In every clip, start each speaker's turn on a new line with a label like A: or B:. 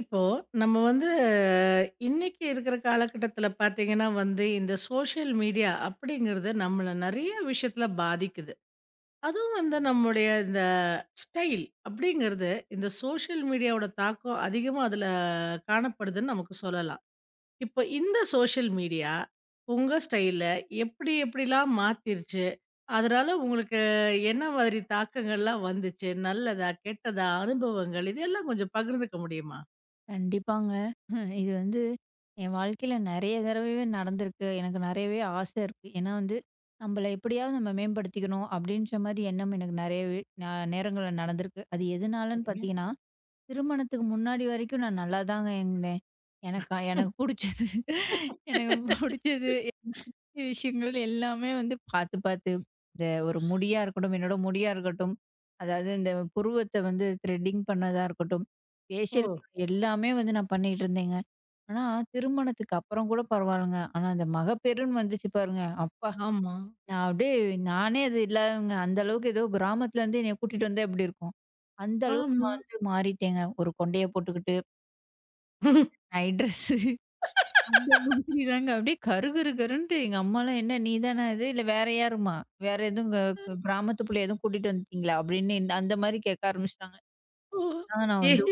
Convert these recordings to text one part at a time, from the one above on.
A: இப்போ நம்ம வந்து இன்னைக்கு இருக்கிற காலகட்டத்துல பாத்தீங்கன்னா வந்து இந்த சோஷியல் மீடியா அப்படிங்கிறது நம்மள நிறைய விஷயத்துல பாதிக்குது. அதுவும் வந்து நம்முடைய இந்த ஸ்டைல் அப்படிங்கிறது இந்த சோஷியல் மீடியாவோட தாக்கம் அதிகமா அதுல காணப்படுதுன்னு நமக்கு சொல்லலாம். இப்போ இந்த சோஷியல் மீடியா உங்க ஸ்டைல எப்படி எப்படிலாம் மாத்திருச்சு, அதனால உங்களுக்கு என்ன மாதிரி தாக்கங்கள்லாம் வந்துச்சு, நல்லதா கெட்டதா, அனுபவங்கள் இதெல்லாம் கொஞ்சம் பகிர்ந்துக்க முடியுமா?
B: கண்டிப்பாங்க. இது வந்து என் வாழ்க்கையில நெறைய தடவைவே நடந்திருக்கு. எனக்கு நெறையவே ஆசை இருக்கு. ஏன்னா வந்து, "நம்பள எப்படியாவது நம்ம மேம்படுத்திக்கணும்." அப்படீன்ற மாரி எண்ணம் எனக்கு நெறையவே நேரங்கள்ல நடந்திருக்கு. அது எதுனாலன்னு
A: சரிங்க.
B: பார்த்தீங்கன்னா, திருமணத்துக்கு முன்னாடி வரைக்கும் நான் நல்லாதாங்க இருந்தேன். எனக்கு புடிச்சது எனக்கு புடிச்சது விஷயங்கள் எல்லாமே வந்து பார்த்து பார்த்து. இந்த ஒரு முடியா இருக்கட்டும், என்னோட முடியா இருக்கட்டும், அதாவது இந்த புருவத்த வந்து த்ரெட்டிங் பண்ணதா இருக்கட்டும்,
A: ஓ!
B: ஃபேஷியல் எல்லாமே வந்து நான் பண்ணிட்டு இருந்தேங்க. ஆனா திருமணத்துக்கு அப்புறம் கூட பரவாயில்லங்க. ஆனா அந்த மகப்பேறுன்னு வந்துச்சு பாருங்க, அப்பா!
A: ஆமா,
B: நான் அப்படியே நானே அது இல்லங்க. அந்த அளவுக்கு ஏதோ கிராமத்துல இருந்து என்னைய கூட்டிட்டு வந்தா எப்படி இருக்கும்? அந்த அளவுக்கு
A: ஆமா.
B: நான் வந்து மாறிட்டேங்க. ஒரு கொண்டைய போட்டுக்கிட்டு, நைட் ட்ரெஸ்ஸு அந்த மாதிரி தாங்க. அப்படியே கரு கரு கருன்ட்டு எங்க அம்மாலாம் "என்ன நீ தானா இது? இல்ல வேற யாரும்மா? வேற எதுவும் க க கிராமத்து புள்ளைய எதுவும் கூட்டிட்டு வந்துட்டீங்களா?" அப்படின்னு இந்த அந்த மாதிரி கேட்க ஆரம்பிச்சுட்டாங்க.
A: ஓ!
B: அதான் நான்
A: ஏ,
B: வந்து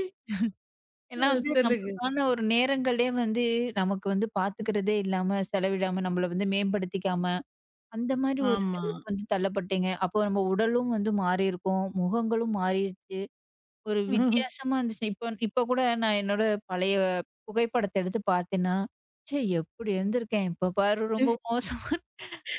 B: ஏன்னா வந்து
A: சொல்லுங்க.
B: நமக்கான ஒரு நேரங்களே வந்து நமக்கு வந்து பாத்துக்கிறதே இல்லாம, செலவிடாம, நம்மள வந்து மேம்படுத்திக்காம அந்த மாரி ஒரு
A: ஆமா.
B: நிலைக்கு வந்து தள்ளப்பட்டீங்க. அப்போ நம்ம உடலும் வந்து மாறியிருக்கும். முகங்களும் மாறிருச்சு. ஒரு வித்தியாசமா இருந்துச்சு. இப்ப இப்ப கூட நான் என்னோட பழைய புகைப்படத்த எடுத்து பார்த்தேன்னா, ச்சே! எப்படி இருந்திருக்கேன். இப்ப பாரு ரொம்ப மோசமா.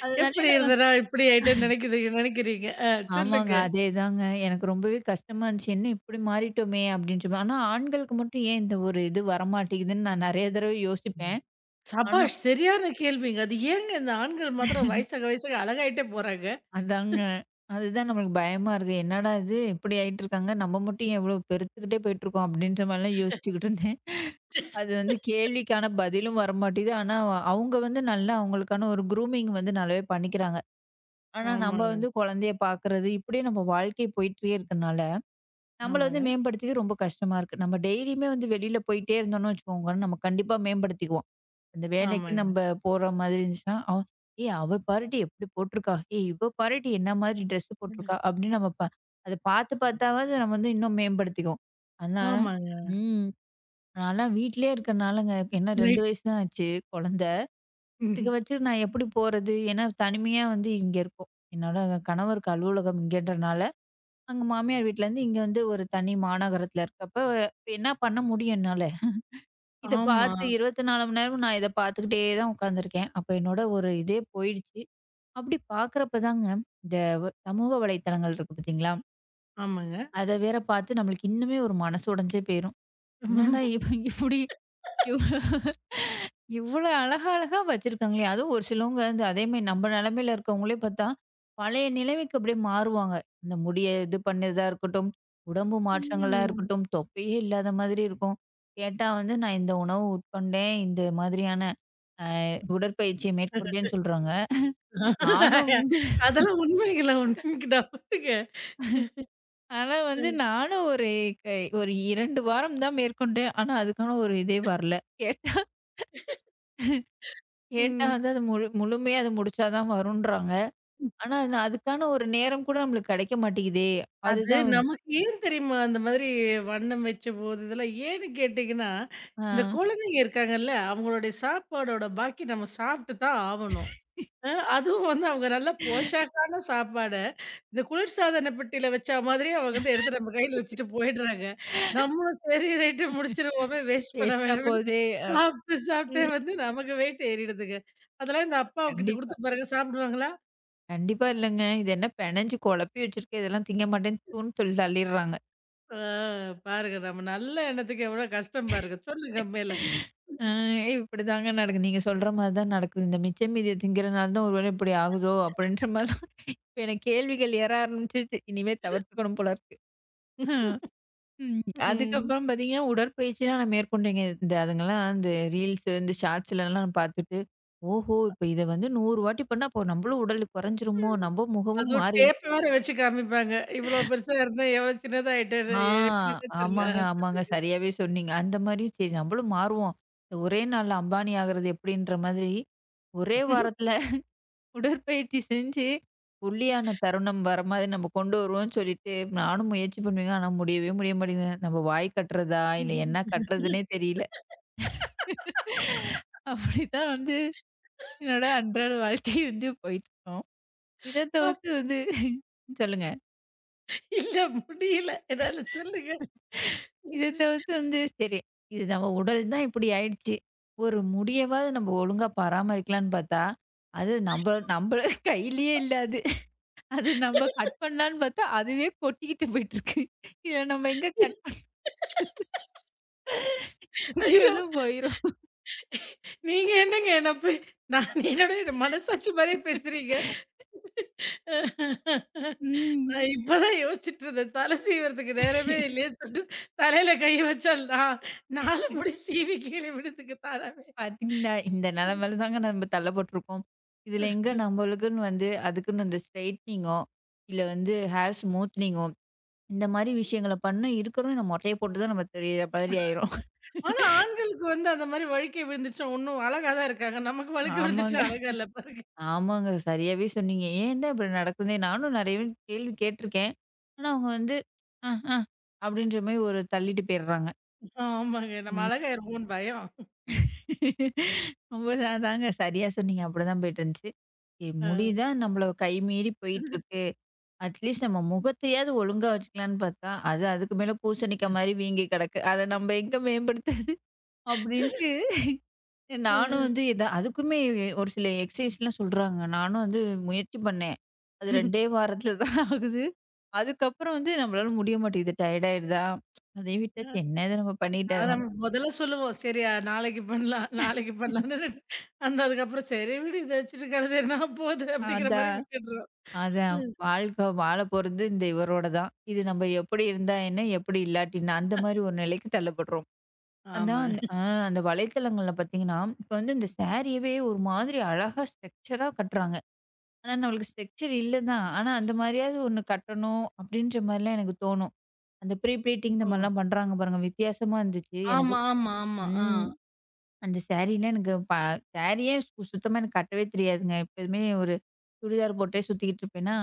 B: அதனாலே
A: எப்படி
B: நான்
A: இருந்தனா இப்படி ஆயிட்டேன்னு நினைக்கிறீங்க நினைக்கிறீங்க. அ,
B: ஆமாங்க.
A: சொல்லுங்க.
B: அதேதாங்க. எனக்கு ரொம்பவே கஷ்டமா இருந்துச்சு. என்ன இப்படி மாறிட்டோமே! அப்படின்னு சொல்லி. ஆனா ஆண்களுக்கு மட்டும் ஏன் இந்த ஒரு இது வரமாட்டேங்குதுன்னு நான் நெறைய தடவை
A: ம்.
B: யோசிப்பேன். ஆனா
A: சபாஷ்! சரியான கேள்விங்க. அது ஏங்க இந்த ஆண்கள் மாத்திரம் வயசாக வயசாக அழகாயிட்டே போறாங்க.
B: அதாங்க. அதுதான் நம்மளுக்கு பயமா இருக்கு. என்னடா இது! இப்படி ஆயிட்டுருக்காங்க. நம்ம மட்டும் ஏன் இவ்வளோ பெருத்துக்கிட்டே போயிட்டுருக்கோம் அப்படின்ற மாரிலாம் யோசிச்சுக்கிட்டு இருந்தேன். அது வந்து கேள்விக்கான பதிலும் வரமாட்டேங்குது. ஆனா அவங்க வந்து நல்லா அவங்களுக்கான ஒரு க்ரூமிங் வந்து நல்லாவே பண்ணிக்கிறாங்க. ஆனா நம்ம
A: ஆமாங்க,
B: வந்து குழந்தைய பார்க்குறது, இப்படியே நம்ம வாழ்க்கை போயிட்டே இருக்கனால, நம்மள வந்து
A: ஆமாங்க,
B: மேம்படுத்திக்க ரொம்ப கஷ்டமா இருக்கு. நம்ம டெய்லியுமே வந்து வெளியில போயிட்டே இருந்தோம்னு வச்சுக்கோங்க, நம்ம கண்டிப்பா மேம்படுத்திக்குவோம். அந்த வேலைக்கு
A: ஆமாங்க,
B: நம்ப போற மாதிரி இருந்துச்சுன்னா, அவ "ஏய்! அவ பாருடி எப்படி போட்டுருக்கா! ஏய்! இவ பாருடி என்ன மாதிரி ட்ரெஸ்ஸு போட்டுருக்கா!" அப்படின்னு நம்ம ப அத பார்த்து பார்த்தாவது நம்ம வந்து இன்னும் மேம்படுத்திக்குவோம். அதனால
A: ஆமாங்க.
B: ம். நான்லாம் வீட்லயே இருக்கனாலங்க என்ன 2
A: ரைட்.
B: வயசு தான் ஆச்சு குழந்தை. இதுக்கு வச்சு நான் எப்படி போறது? ஏன்னா தனிமையா வந்து இங்க இருக்கோம். என்னோட கணவருக்கு அலுவலகம் இங்கன்றனால, அங்க மாமியார் வீட்லருந்து இங்க வந்து ஒரு தனி மாநகரத்துல இருக்கப்ப, இப்ப என்ன பண்ண முடியும் என்னால? இத
A: ஆமா,
B: பார்த்து 24 மணி நேரமும் நான் இத பார்த்துக்கிட்டே தான் உட்காந்துருக்கேன். அப்ப என்னோட ஒரு இதே போயிடுச்சு. அப்படி பார்க்குறப்ப தாங்க, இந்த சமூக வலைத்தளங்கள் இருக்கு பார்த்தீங்களா?
A: ஆமாங்க.
B: அத வேற பார்த்து நம்மளுக்கு இன்னுமே ஒரு மனசு உடைஞ்சே போயிரும். என்னடா இவ இப்படி இவ் இவ்வளோ அழகா அழகா வச்சிருக்காங்களே! அதுவும் ஒரு சிலவங்க வந்து அதேமாரி நம்ம நிலைமையில இருக்கவங்களே பார்த்தா, பழைய நிலைமைக்கு அப்படியே மாறுவாங்க. இந்த முடிய இது பண்ணதா இருக்கட்டும், உடம்பு மாற்றங்களா
A: ம்.
B: இருக்கட்டும், தொப்பையே இல்லாத மாதிரி இருக்கும். கேட்டா வந்து நான் இந்த உணவு உட்கொண்டேன். இந்த மாதிரியான அ உடற்பயிற்சியை மேற்கொண்டேன்னு சொல்றாங்க. நானும் வந்து
A: அதெல்லாம் உண்மைங்களா? உண்மைங்களா?
B: ஆனா வந்து நானும் ஒரு கை ஒரு 2 வாரம் தான் மேற்கொண்டேன். ஆனா அதுக்கான ஒரு இதே வரல. கேட்டா கேட்டா
A: ம்.
B: வந்து அது முழுமையா அது முடிச்சா தான் வரும்ன்றாங்க. ஆனா அது நான் அதுக்கான ஒரு நேரம் கூட நம்மளுக்கு கிடைக்க மாட்டேங்குதே!
A: அது
B: அதுதான் வந்து
A: நமக்கு ஏன் தெரியுமா? அந்த மாதிரி வண்ணம் வைச்சபோது இதெல்லாம் ஏன்னு கேட்டீங்கன்னா,
B: ஆ
A: இந்த குழந்தைங்க இருக்காங்கல்ல, அவங்களுடைய சாப்பாடோட பாக்கி நம்ம சாப்பிட்டு தான் ஆவணும். அ, அதுவும் வந்து அவங்க நல்ல போஷாக்கான சாப்பாட, இந்த குளிர்சாதன பெட்டியில வச்சா மாதிரியே அவங்க வந்து எடுத்து நம்ம கையில வச்சுட்டு போயிடுறாங்க. நம்மளும் சரி ரைட்டு முடிச்சுருவோமே, வேஸ்ட் பண்ண
B: வேஸ்ட்டா
A: வேணாமேன்னு
B: போகுதே! அ
A: சாப்பிட்டு சாப்பிட்டே
B: ம்
A: வந்து நமக்கு வெயிட் ஏறிடுதுங்க. அதெல்லாம் இந்த அப்பாவுக்கிட்ட
B: கண்டிப்பா.
A: குடுத்து பாருங்க, சாப்பிடுவாங்களா?
B: கண்டிப்பா இல்லங்க. இது என்ன பெனஞ்சு குழப்பி வச்சிருக்கு. இதெல்லாம் திங்க மாட்டேன்னு தூன்னு சொல்லி தள்ளிர்றாங்க.
A: அ, பாருங்க நம்ம நல்ல எண்ணத்துக்கு எவ்வளோ கஷ்டம் பாருங்க. சொல்லுங்க மேல.
B: ஆ இப்படிதாங்க நடக்குது. நீங்க சொல்ற மாரி தான் நடக்குது. இந்த மிச்சம் மீதிய திங்கிறனால தான் ஒருவேளை இப்படி ஆகுதோ! அப்படின்ற மாரிலாம் இப்ப எனக்கு கேள்விகள் எழ ஆரம்பிச்சுருச்சு. இனிமே தவிர்த்துக்கணும் போல இருக்கு. ம். ம்.
A: ம்.
B: அதுக்கப்புறம் பார்த்தீங்கன்னா, உடற்பயிற்சிலாம் நான் மேற்கொண்டேங்க. இந்த அதுங்கலாம் இந்த ரீல்ஸு, இந்த ஷார்ட்ஸ்லலாம் நான் பார்த்துட்டு, ஓஹோ! இப்ப இத வந்து 100 வாட்டி பண்ணா, அப்போ நம்மளும் உடல் குறைஞ்சிருமோ! நம்ம முகமும்
A: அதுவும்
B: மாறிரும்.
A: டேப் வேற வச்சு காமிப்பாங்க. இவ்ளோ பெருசா இருந்தேன், எவ்ளோ சின்னதாயிட்டேன்னு
B: ஆ
A: எப்படின்னே தெரியல. ஆ,
B: ஆமாங்க, ஆமாங்க.
A: சொல்லுங்க.
B: சரியாவே சொன்னீங்க. அந்த மாரி சரி நம்மளும் மாறுவோம். இந்த ஒரே நாள்ல அம்பானி ஆகுறது எப்படின்ற மாதிரி, ஒரே வாரத்துல உடற்பயிற்சி செஞ்சு, ஒல்லியான தருணம் வர மாரி நம்ம கொண்டு வருவோம்ன்னு சொல்லிட்டு, நானும் முயற்சி பண்ணுவேங்க. ஆனா முடியவே முடிய மாட்டேங்குதுங்க. நம்ம வாய் கட்டுறதா? இல்ல என்ன கட்டுறதுன்னே தெரியல. அப்படித்தான் வந்து என்னோட அன்றாட வாழ்க்கை வந்து போயிட்டுருக்கும். இத
A: அப்,
B: தவிர்த்து வந்து சொல்லுங்க.
A: இல்ல முடியல. என்னால சொல்லுங்க.
B: இத தவிர்த்து வந்து, சரி இது நம்ம உடல் தான் இப்படி ஆயிடுச்சு. ஒரு முடியவாவது நம்ம ஒழுங்கா பராமரிக்கலான்னு பார்த்தா, அது நம்ப நம்ப கையிலயே இல்ல அது. அது நம்ம கட் பண்ணலான்னு பார்த்தா, அதுவே கொட்டிக்கிட்டு போயிட்டுருக்கு. இத நம்ம எங்க கட்
A: ஐயோ!
B: இருக்கிறதும் போயிரும்.
A: நீங்க என்னங்க என்ன போய், நான் என்னோட மனசாட்சி மாரியே பேசுறீங்க.
B: ம்.
A: நான் இப்பதான் யோசிச்சுட்டு இருந்தேன். தல சீவுறதுக்கு நேரமே இல்லையேன்னு சொல்லிட்டு, தலையில கைய வச்சோம்னா, 4 முடி சீவி கீழ விழுதுக்கு தானாவே.
B: பார்த்தீங்களா? இந்த நிலைமையில தாங்க நம்ம தள்ளப்பட்டுருக்கோம். இதுல எங்க நம்மளுக்குன்னு வந்து, அதுக்குன்னு அந்த ஸ்ட்ரைட்னிங்கோ, இல்ல வந்து ஹேர் ஸ்மூத்னிங்கோ இந்த மாரி விஷயங்கள பண்ணா இருக்கிறவன் நம்ம மொட்டைய போட்டு தான் நம்ம தெரியிற மாதிரி ஆயிரும்.
A: ஆனா ஆண்களுக்கு வந்து அந்த மாரி வழுக்கி விழுந்துச்சா ஒண்ணும் அழகா தான் இருக்காங்க. நமக்கு வழுக்கி
B: ஆமாங்க.
A: விழுந்துச்சா அழகா இல்ல பாருங்க.
B: ஆமாங்க. சரியாவே சொன்னீங்க. ஏன் தான் இப்படி நடக்குதுன்னே நானும் நெறையவே கேள்வி கேட்டுருக்கேன். ஆனா அவங்க வந்து அ, அ அப்படின்ற மாரி ஒரு தள்ளிட்டு போயிடுறாங்க.
A: ஆமாங்க. நம்ம
B: ம்.
A: அழகாயிருவோம்னு பயம்.
B: ரொம்ப அதாங்க சரியா சொன்னீங்க. அப்படிதான் போயிட்டுருந்துச்சு. சரி
A: அ.
B: முடிதா நம்மள கை மீறி போயிட்டுருக்கு. அட்லீஸ்ட் நம்ம முகத்தையாவது ஒழுங்கா வச்சுக்கலான்னு பார்த்தா, அது அதுக்கு மேல பூசணிக்கா மாரி வீங்கி கிடக்கு. அத நம்ம எங்க மேம்படுத்து அப்படின்ட்டு நானும்
A: ம்.
B: வந்து இத அதுக்குமே ஒரு சில எக்ஸர்சைஸ்லாம் சொல்றாங்க. நானும் வந்து முயற்சி பண்ணேன். அது 2டே வாரத்துல தான் ஆகுது. அதுக்கப்புறம் வந்து நம்மளால முடிய மாட்டேங்குது. டயர்ட் ஆயிடுதா? அதையும் விட்டாச்சு. என்ன இத நம்ம பண்ணிட்டு
A: அத நம்ம மொதல்ல சொல்லுவோம். சரி, நாளைக்கு பண்ணலாம், நாளைக்கு பண்ணலாம்ன்னு. அந்த அதுக்கப்புறம் சரி விடு இத வச்சுட்டு கழுத என்ன போது அப்படிங்கிற மாரி
B: அதான்.
A: விட்டுடுறோம்.
B: அதான் வாழ்க்கை வாழ போறது இந்த இவரோட தான். இது நம்ம எப்படி இருந்தா என்ன? எப்படி இல்லாட்டின்னா? அந்த மாரி ஒரு நிலைக்கு தள்ளப்படுறோம்.
A: ஆமா.
B: அதான் அ அந்த வலைத்தளங்கள்ல பார்த்தீங்கன்னா, இப்ப வந்து இந்த சாரியவே ஒரு மாதிரி அழகா ஸ்ட்ரக்சரா கட்டுறாங்க. ஆனா, நம்மளுக்கு ஸ்ட்ரக்சர் இல்ல தான். ஆனா, அந்த மாரியாவது ஒண்ணு கட்டணும் அப்டின்ற மாரிலாம் எனக்கு தோணும். அந்த ப்ரீ ப்ளீட்டிங் இந்த
A: ஓ!
B: மாரிலாம் பண்றாங்க பாருங்க. வித்தியாசமா இருந்துச்சு எனக்கு.
A: ஆமா, ஆமா, ஆமா. ஆ.
B: ம். அந்த சாரீலாம் எனக்கு ப சாரியே சுத்தமா எனக்கு கட்டவே தெரியாதுங்க. எப்போதுமே ஒரு சுடிதார் போட்டே சுத்திக்கிட்டு இருப்பேனா,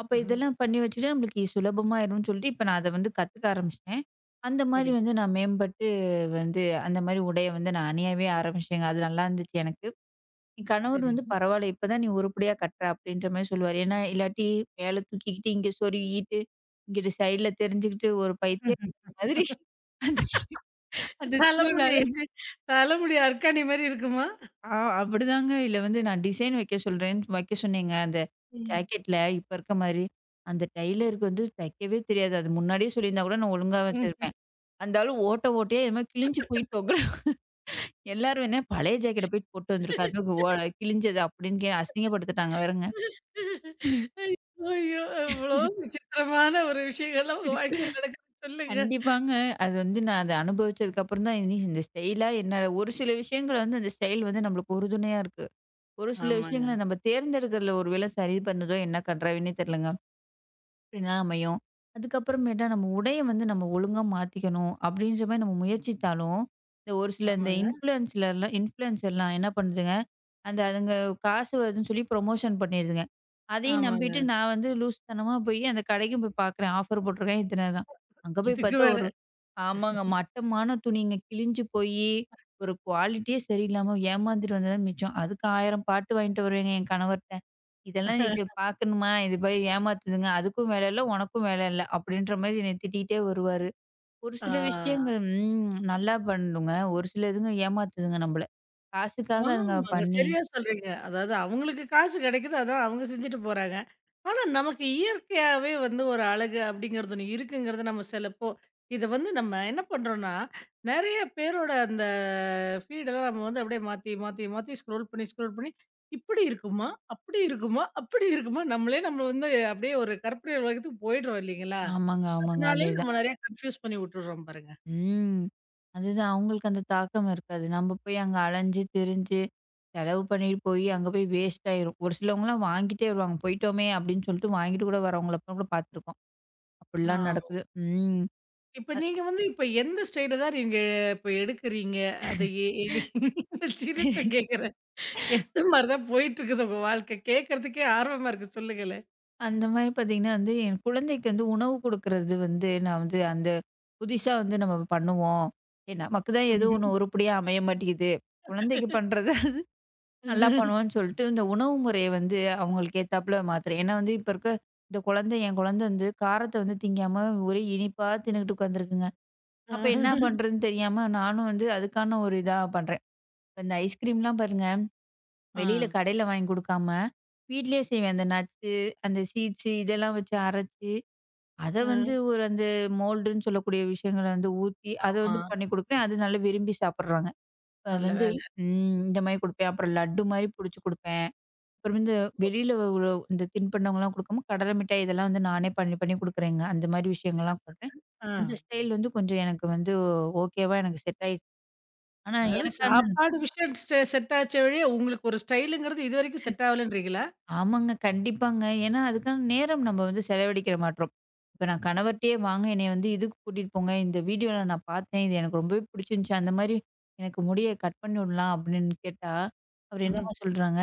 B: அப்ப
A: ஆஹா.
B: இதெல்லாம் பண்ணி வச்சுட்டு நம்மளுக்கு சுலபமாயிரும்னு சொல்லிட்டு, இப்ப நான் அத வந்து கத்துக்க ஆரம்பிச்சுட்டேன். அந்த மாரி
A: சரிங்க,
B: வந்து நான் மேம்பட்டு வந்து அந்த மாரி உடைய வந்து நான் அணியவே ஆரம்பிச்சேங்க. அது நல்லாருந்துச்சு எனக்கு. என் கணவர் வந்து
A: சரிங்க.
B: பரவாயில்ல இப்பதான் நீ உருப்படியா கட்டுற அப்படின்ற மாதிரி சொல்லுவாரு. ஏன்னா இல்லாட்டி மேல தூக்கிக்கிட்டு இங்க சொருகிட்டு, இங்கிட்டு சைடுல தெரிஞ்சுக்கிட்டு ஒரு பைத்திய மாதிரி அந்த அந்த
A: தலைமுடி
B: திருவிழால
A: எப்படி தலைமுடி அர்க்காணி மாரி இருக்குமா?
B: ஆ அப்படிதாங்க. இல்ல வந்து நான் டிசைன் வைக்க சொல்றேன் வைக்க சொன்னேங்க. அந்த
A: ம்.
B: ஜாக்கெட்ல இப்ப இருக்க மாதிரி. அந்த டைலருக்கு வந்து தைக்கவே தெரியாது. அது முன்னாடியே சொல்லியிருந்தா கூட நான் ஒழுங்கா
A: ம்.
B: வச்சிருப்பேன். அந்த ஆளு ஓட்ட ஓட்டையா என்னமோ கிழிஞ்சு போய் தொங்குற எல்லாரும் என்ன பழைய ஜாக்கெட்ட போய் போட்டு வந்திருக்கா. அது ஓ கிழிஞ்சது அப்படின்னு அசிங்கப்படுத்திட்டாங்க வேறங்க.
A: ஐயோ! எவ்வளோ விசித்திரமான ஒரு விஷயங்கள்லாம் உங்க வாழ்க்கையில நடக்குது சொல்லுங்க.
B: கண்டிப்பாங்க. அது வந்து நான் அத அனுபவிச்சதுக்கு அப்புறம் தான் இனி இந்த ஸ்டைலா என்ன ஒரு சில விஷயங்கள் வந்து அந்த ஸ்டைல் வந்து நம்மளுக்கு உறுதுணையா இருக்கு. ஒரு சில
A: ஆமாங்க,
B: விஷயங்கள நம்ம தேர்ந்தெடுக்கிறதுல ஒருவேளை சரி பண்ணுதோ என்ன கண்றாவின்னே தெரியலங்க. அப்படிலாம் அமையும். அதுக்கப்புறமேட்டா நம்ம உடைய வந்து நம்ம ஒழுங்கா மாத்திக்கணும் அப்படின்ற மாரி நம்ம முயற்சித்தாலும், இந்த ஒரு சில இந்த
A: ஆமாங்க,
B: இன்ஃப்ளூயன்சர்லாம் என்ன பண்ணுதுங்க, அந்த அதுங்க காசு வருதுன்னு சொல்லி ப்ரொமோஷன் பண்ணிருதுங்க. அதையும் நம்பிட்டு
A: ஆமாங்க.
B: நான் வந்து லூசுத்தனமா போய் அந்த கடைக்கும் போய் பார்க்குறேன். ஆஃபர் போட்டிருக்கான் இத்தன இருக்கான். அங்க போய்
A: இதுக்கு
B: பார்த்தா
A: வேற.
B: ஒரு ஆமாங்க. மட்டமான துணிங்க கிழிஞ்சு போயி, ஒரு குவாலிட்டியே சரியில்லாம ஏமாந்துட்டு வந்தது தான் மிச்சம். அதுக்கு 1000 பாட்டு வாங்கிட்டு வருவேங்க என் கணவர்ட்ட. இதெல்லாம் நீ இது பார்க்கணுமா? இது போய் ஏமாத்துதுங்க. அதுக்கும் வேலை இல்ல, உனக்கும் வேலை இல்ல. அப்படின்ற மாரி என்னை திட்டிகிட்டே வருவாரு. ஒரு
A: ஆ.
B: சில விஷயங்கள் ம் நல்லா பண்ணுங்க. ஒரு சில இதுங்க ஏமாத்துதுங்க நம்பள. காசுக்காக அதுங்க
A: ஆமாங்க.
B: பண்ணி
A: சரியா சொல்றீங்க. அதாவது அவங்களுக்கு காசு கிடைக்குது. அதான் அவங்க செஞ்சுட்டு போறாங்க. ஆனா, நமக்கு இயற்கையாவே வந்து ஒரு அழகு அப்படிங்கிறது ஒண்ணு இருக்குங்கிறது நம்ம சிலப்போ இத வந்து நம்ம என்ன பண்றோம்னா, நெறைய பேரோட அந்த ஃபீடெல்லாம் நம்ம வந்து அப்படியே மாத்தி, மாத்தி, மாத்தி, ஸ்க்ரோல் பண்ணி, ஸ்க்ரோல் பண்ணி இப்படி இருக்குமா? அப்படி இருக்குமா? அப்படி இருக்குமா? நம்மளே நம்ம வந்து அப்படியே ஒரு கற்பனை உலகத்துக்கு போயிடுறோம் இல்லைங்களா?
B: ஆமாங்க, ஆமாங்க.
A: அதனாலேயே
B: அதேதான்.
A: நம்ம நெறைய கன்ஃப்யூஸ் பண்ணி விட்டுடுறோம் பாருங்க.
B: ம். அதுதான் அவங்களுக்கு அந்த தாக்கம் இருக்காது. நம்ப போய் அங்க அலைஞ்சு, திரிஞ்சு, செலவு பண்ணிட்டு போய் அங்க போய் வேஸ்ட் ஆயிரும். ஒரு சிலவங்கலாம் வாங்கிட்டே வருவாங்க. போயிட்டோமே! அப்படின்னு சொல்லிட்டு வாங்கிட்டு கூட வரவங்கள அப்புறம் கூட பார்த்துருக்கோம். அப்படிலாம்
A: ஆ.
B: நடக்குது. ம்.
A: இப்ப நீங்க வந்து இப்ப எந்த ஸ்டைல தான் நீங்க இப்ப எடுக்குறீங்க? அதை ஏ, ஏ, சீரியஸா
B: அ
A: கேட்குறேன். எந்த மாரி தான் போயிட்டுருக்குது உங்க வாழ்க்கை? கேட்கறதுக்கே ஆர்வமா இருக்கு சொல்லுங்களேன்.
B: அந்த மாரி பார்த்தீங்கன்னா வந்து, என் குழந்தைக்கு வந்து உணவு குடுக்குறது வந்து நான் வந்து அந்த புதுசா வந்து நம்ம பண்ணுவோம். ஏ நமக்கு தான் ஏதோ ஒண்ணு உருப்படியா அமைய மாட்டேங்குது. குழந்தைக்கு பண்றத நல்லா பண்ணுவோம்ன்னு சொல்லிட்டு, இந்த உணவு முறைய வந்து அவங்களுக்கு ஏத்தாப்புல மாத்துறேன். ஏன்னா வந்து இப்ப இருக்க இந்த குழந்தை என் குழந்தை வந்து காரத்த வந்து திங்காம ஒரே இனிப்பா தின்னுகிட்டு உட்காந்துருக்குங்க.
A: ஆ,
B: அப்ப என்ன பண்றதுன்னு தெரியாம நானும் வந்து அதுக்கான ஒரு இதா பண்றேன். இப்ப இந்த ஐஸ்கிரீம்லாம் பாருங்க, வெளியில கடையில வாங்கி குடுக்காம, வீட்லயே செய்வேன். அந்த நட்ஸு, அந்த சீட்ஸு இதெல்லாம் வச்சு அரைச்சு அத
A: ஆ,
B: வந்து ஒரு அந்த மோல்டுன்னு சொல்லக்கூடிய விஷயங்கள வந்து ஊத்தி, அத
A: ஆமா.
B: வந்து பண்ணி குடுப்பேன். அது நல்லா விரும்பி சாப்பிடுறாங்க. அ
A: நல்ல
B: வந்து
A: வேலை.
B: ம் இந்த மாரி குடுப்பேன். அப்புறம் லட்டு மாரி புடிச்சு குடுப்பேன். அப்புறம் வந்து வெளியில உள்ள இந்த தின்பண்டங்கள்லாம் குடுக்காம, கடலை மிட்டாய் இதெல்லாம் வந்து நானே பண்ணி பண்ணி குடுக்குறேங்க. அந்த மாரி விஷயங்கள்லாம் பண்றேன்.
A: ஆ.
B: அந்த ஸ்டைல் வந்து கொஞ்சம் எனக்கு வந்து ஓகேவா எனக்கு செட் ஆயிடுச்சு. ஆனா
A: அதாவது
B: எனக்கான
A: சாப்பாடு விஷயம் ஸ்டெ செட் ஆச்சே ஒழிய, உங்களுக்கு ஒரு ஸ்டைலுங்கிறது இதுவரைக்கும் செட் ஆகலன்றீங்களா?
B: ஆமாங்க. கண்டிப்பாங்க. ஏன்னா, அதுக்கான நேரம் நம்ம வந்து செலவழிக்கிற மாட்றோம். இப்ப நான் கணவர்ட்டயே வாங்க என்னைய வந்து இதுக்கு கூட்டிட்டு போங்க. இந்த வீடியோல நான் பார்த்தேன். இது எனக்கு ரொம்பவே பிடிச்சிருந்துச்சு. அந்த மாரி எனக்கு முடிய கட் பண்ணி விடலாம் அப்படின்னு கேட்டா, அவரு
A: ம்.
B: என்னம்மா சொல்றாங்க?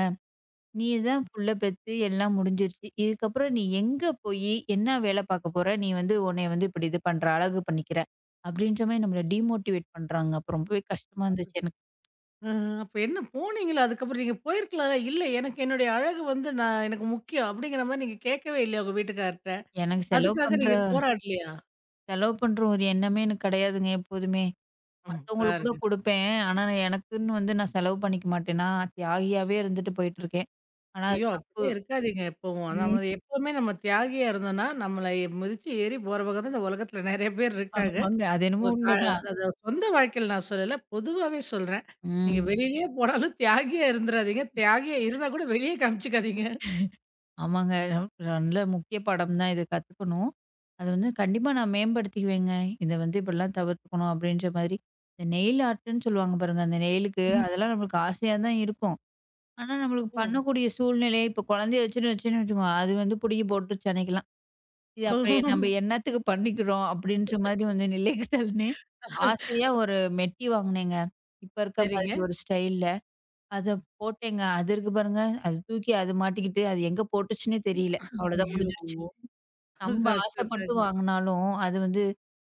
B: "நீ தான் புள்ள பெத்து எல்லாம் முடிஞ்சிருச்சு. இதுக்கப்புறம் நீ எங்க போயி என்ன வேலை பார்க்க போற? நீ வந்து உன்னைய வந்து இப்படி இது பண்ற, அழகு பண்ணிக்கிற." அப்படின்ற மாரி நம்மள டிமோட்டிவேட் பண்றாங்க. அப்ப ரொம்பவே கஷ்டமா இருந்துச்சு எனக்கு.
A: ஆ, அப்ப என்ன போனீங்களா? அதுக்கப்புறம் நீங்க போயிருக்கலாம்ல. "இல்ல எனக்கு என்னுடைய அழகு வந்து நான் எனக்கு முக்கியம்." அப்படிங்கிற மாரி நீங்க கேட்கவே இல்லையா உங்க வீட்டுக்கார்ட்ட?
B: எனக்கு செலவு
A: அதுக்காக
B: பண்ற
A: நீங்க போராடலையா?
B: செலவு பண்ற ஒரு எண்ணமே எனக்கு கிடையாதுங்க எப்போதுமே.
A: ம்.
B: மத்தவங்களுக்கு கூட
A: பாருங்க.
B: குடுப்பேன். ஆனா, நான் எனக்குன்னு வந்து நான் செலவு பண்ணிக்க மாட்டேனா, தியாகியாவே இருந்துட்டு போயிட்டுருக்கேன். ஆனா அது
A: ஐயோ!
B: தப்பு.
A: அப்படியே இருக்காதீங்க எப்பவும்.
B: ம்.
A: நம்ம எப்பவுமே நம்ம தியாகியா இருந்தோம்னா, நம்மள மிதிச்சு ஏறி போறவங்க தான் இந்த உலகத்துல நெறைய பேர் இருக்காங்க.
B: ஆமாங்க. அது என்னமோ
A: உங்க கா,
B: உண்மைதான்.
A: அதாவது சொந்த வாழ்க்கையில நான் சொல்லல. பொதுவாவே சொல்றேன். நீங்க
B: ம்.
A: வெளியிலயே போனாலும் தியாகியா இருந்துராதீங்க. தியாகியா இருந்தா கூட வெளியே காமிச்சுக்காதீங்க.
B: ஆமாங்க. நல்ல முக்கிய பாடம் தான் இது கத்துக்கணும். அது வந்து கண்டிப்பா நான் மேம்படுத்திக்குவேங்க. இத வந்து இப்படிலாம் தவிர்த்துக்கணும் அப்படின்ற மாதிரி. இந்த நெயில் ஆர்ட்ன்னு சொல்லுவாங்க பாருங்க. அந்த நெயிலுக்கு
A: ம்.
B: அதெல்லாம் நம்மளுக்கு ஆசையா தான் இருக்கும். ஆனா, நம்மளுக்கு
A: ஓ!
B: பண்ணக்கூடிய சூழ்நிலை இப்ப குழந்தைய வச்சுன்னு வச்சுன்னு வச்சுக்கோங்க. அது வந்து பிடுங்கி போட்டுருச்சு அன்னைக்கெல்லாம். இது அப்புறம் நம்ம என்னத்துக்கு பண்ணிக்கிறோம் அப்படின்ற மாதிரி வந்து நிலைக்கு தள்ளனே. ஆசையா ஒரு மெட்டி வாங்கினேங்க. இப்ப இருக்க
A: சரிங்க.
B: மாதிரி ஒரு ஸ்டைல்ல. அத போட்டேங்க. அது இருக்கு பாருங்க. அது தூக்கி அது மாட்டிக்கிட்டு அது எங்க போட்டுச்சுன்னே தெரியல. அவ்வளோதான்
A: ஐயோ!
B: முடிஞ்சிருச்சு. நம்ம
A: கஷ்டம்
B: ஆசைப்பட்டு
A: தாங்க.
B: வாங்கினாலும் அது வந்து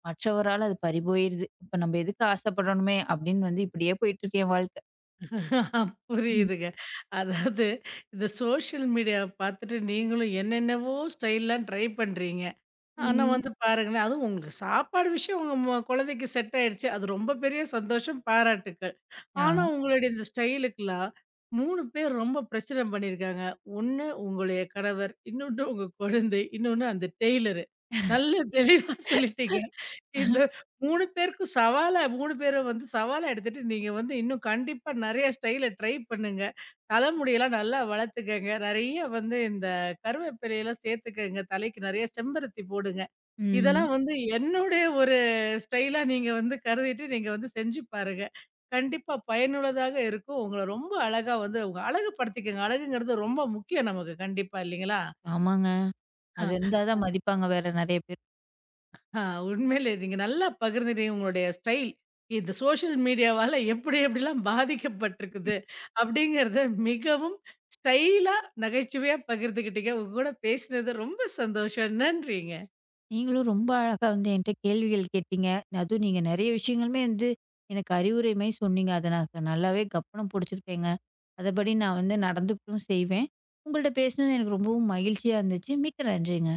B: மற்றவரால அது பறி போயிருது. இப்ப நம்ம எதுக்கு ஆசைப்படணுமே அப்படின்னு வந்து இப்படியே போயிட்டு இருக்கு என் வாழ்க்கை. ம்.
A: புரியுதுங்க. அதாவது இந்த சோஷியல் மீடியாவ பார்த்துட்டு நீங்களும் என்னென்னவோ ஸ்டைல்லாம் ட்ரை பண்றீங்க. ஆனா
B: ம்.
A: வந்து பாருங்களேன், அதுவும் உங்களுக்கு சாப்பாடு விஷயம் உங்க ம குழந்தைக்கு செட் ஆயிடுச்சு. அது ரொம்ப பெரிய சந்தோஷம், பாராட்டுக்கள்.
B: ஆ.
A: ஆனா உங்களுடைய இந்த ஸ்டைலுக்குலாம் 3 பேர் ரொம்ப பிரச்சனை பண்ணியிருக்காங்க. ஒண்ணு உங்களுடைய கணவர், இன்னொன்னு உங்க குழந்தை, இன்னொன்னு அந்த டெய்லரு. நல்ல தெளிவா சொல்லிட்டீங்க. இந்த 3 பேருக்கும் சவாலா 3 பேரும் வந்து சவாலா எடுத்துட்டு நீங்க வந்து இன்னும் கண்டிப்பா நெறைய ஸ்டைல ட்ரை பண்ணுங்க. தலைமுடியெல்லாம் நல்லா வளர்த்துக்கங்க. நெறைய வந்து இந்த கருவேப்பிலையெல்லாம் சேர்த்துக்கங்க. தலைக்கு நெறைய செம்பருத்தி போடுங்க.
B: ம்.
A: இதெல்லாம் வந்து என்னுடைய ஒரு ஸ்டைலா நீங்க வந்து கருதிட்டு நீங்க வந்து செஞ்சு பாருங்க. கண்டிப்பா பயனுள்ளதாக இருக்கும். உங்கள ரொம்ப அழகா வந்து உங்க அழகுபடுத்திக்கங்க. அழகுங்கிறது ரொம்ப முக்கியம் நமக்கு கண்டிப்பா இல்லைங்களா?
B: ஆமாங்க. அது
A: ஆ,
B: இருந்தா தான் மதிப்பாங்க வேற நெறைய பேர்.
A: ஆ, உண்மையிலே நீங்க நல்லா பகிர்ந்துட்டீங்க உங்களுடைய ஸ்டைல். இந்த சோஷியல் மீடியாவால எப்படி எப்படிலாம் பாதிக்கப்பட்டிருக்குது அப்படிங்கிறத மிகவும் ஸ்டைலா நகைச்சுவையா பகிர்ந்துக்கிட்டீங்க. உங்க கூட பேசினது ரொம்ப சந்தோஷம். நன்றிங்க.
B: நீங்களும் ரொம்ப அழகா வந்து என்கிட்ட கேள்விகள் கேட்டீங்க. அதுவும் நீங்க நெறைய விஷயங்களுமே வந்து எனக்கு அறிவுரை மாரி சொன்னீங்க. அத நான் நல்லாவே கப்பனம் புடிச்சுக்கிட்டேங்க. அதபடி நான் வந்து நடந்துக்கவும் செய்வேன். உங்கள்ட்ட பேசினது எனக்கு ரொம்பவும் மகிழ்ச்சியா இருந்துச்சு. மிக்க நன்றிங்க.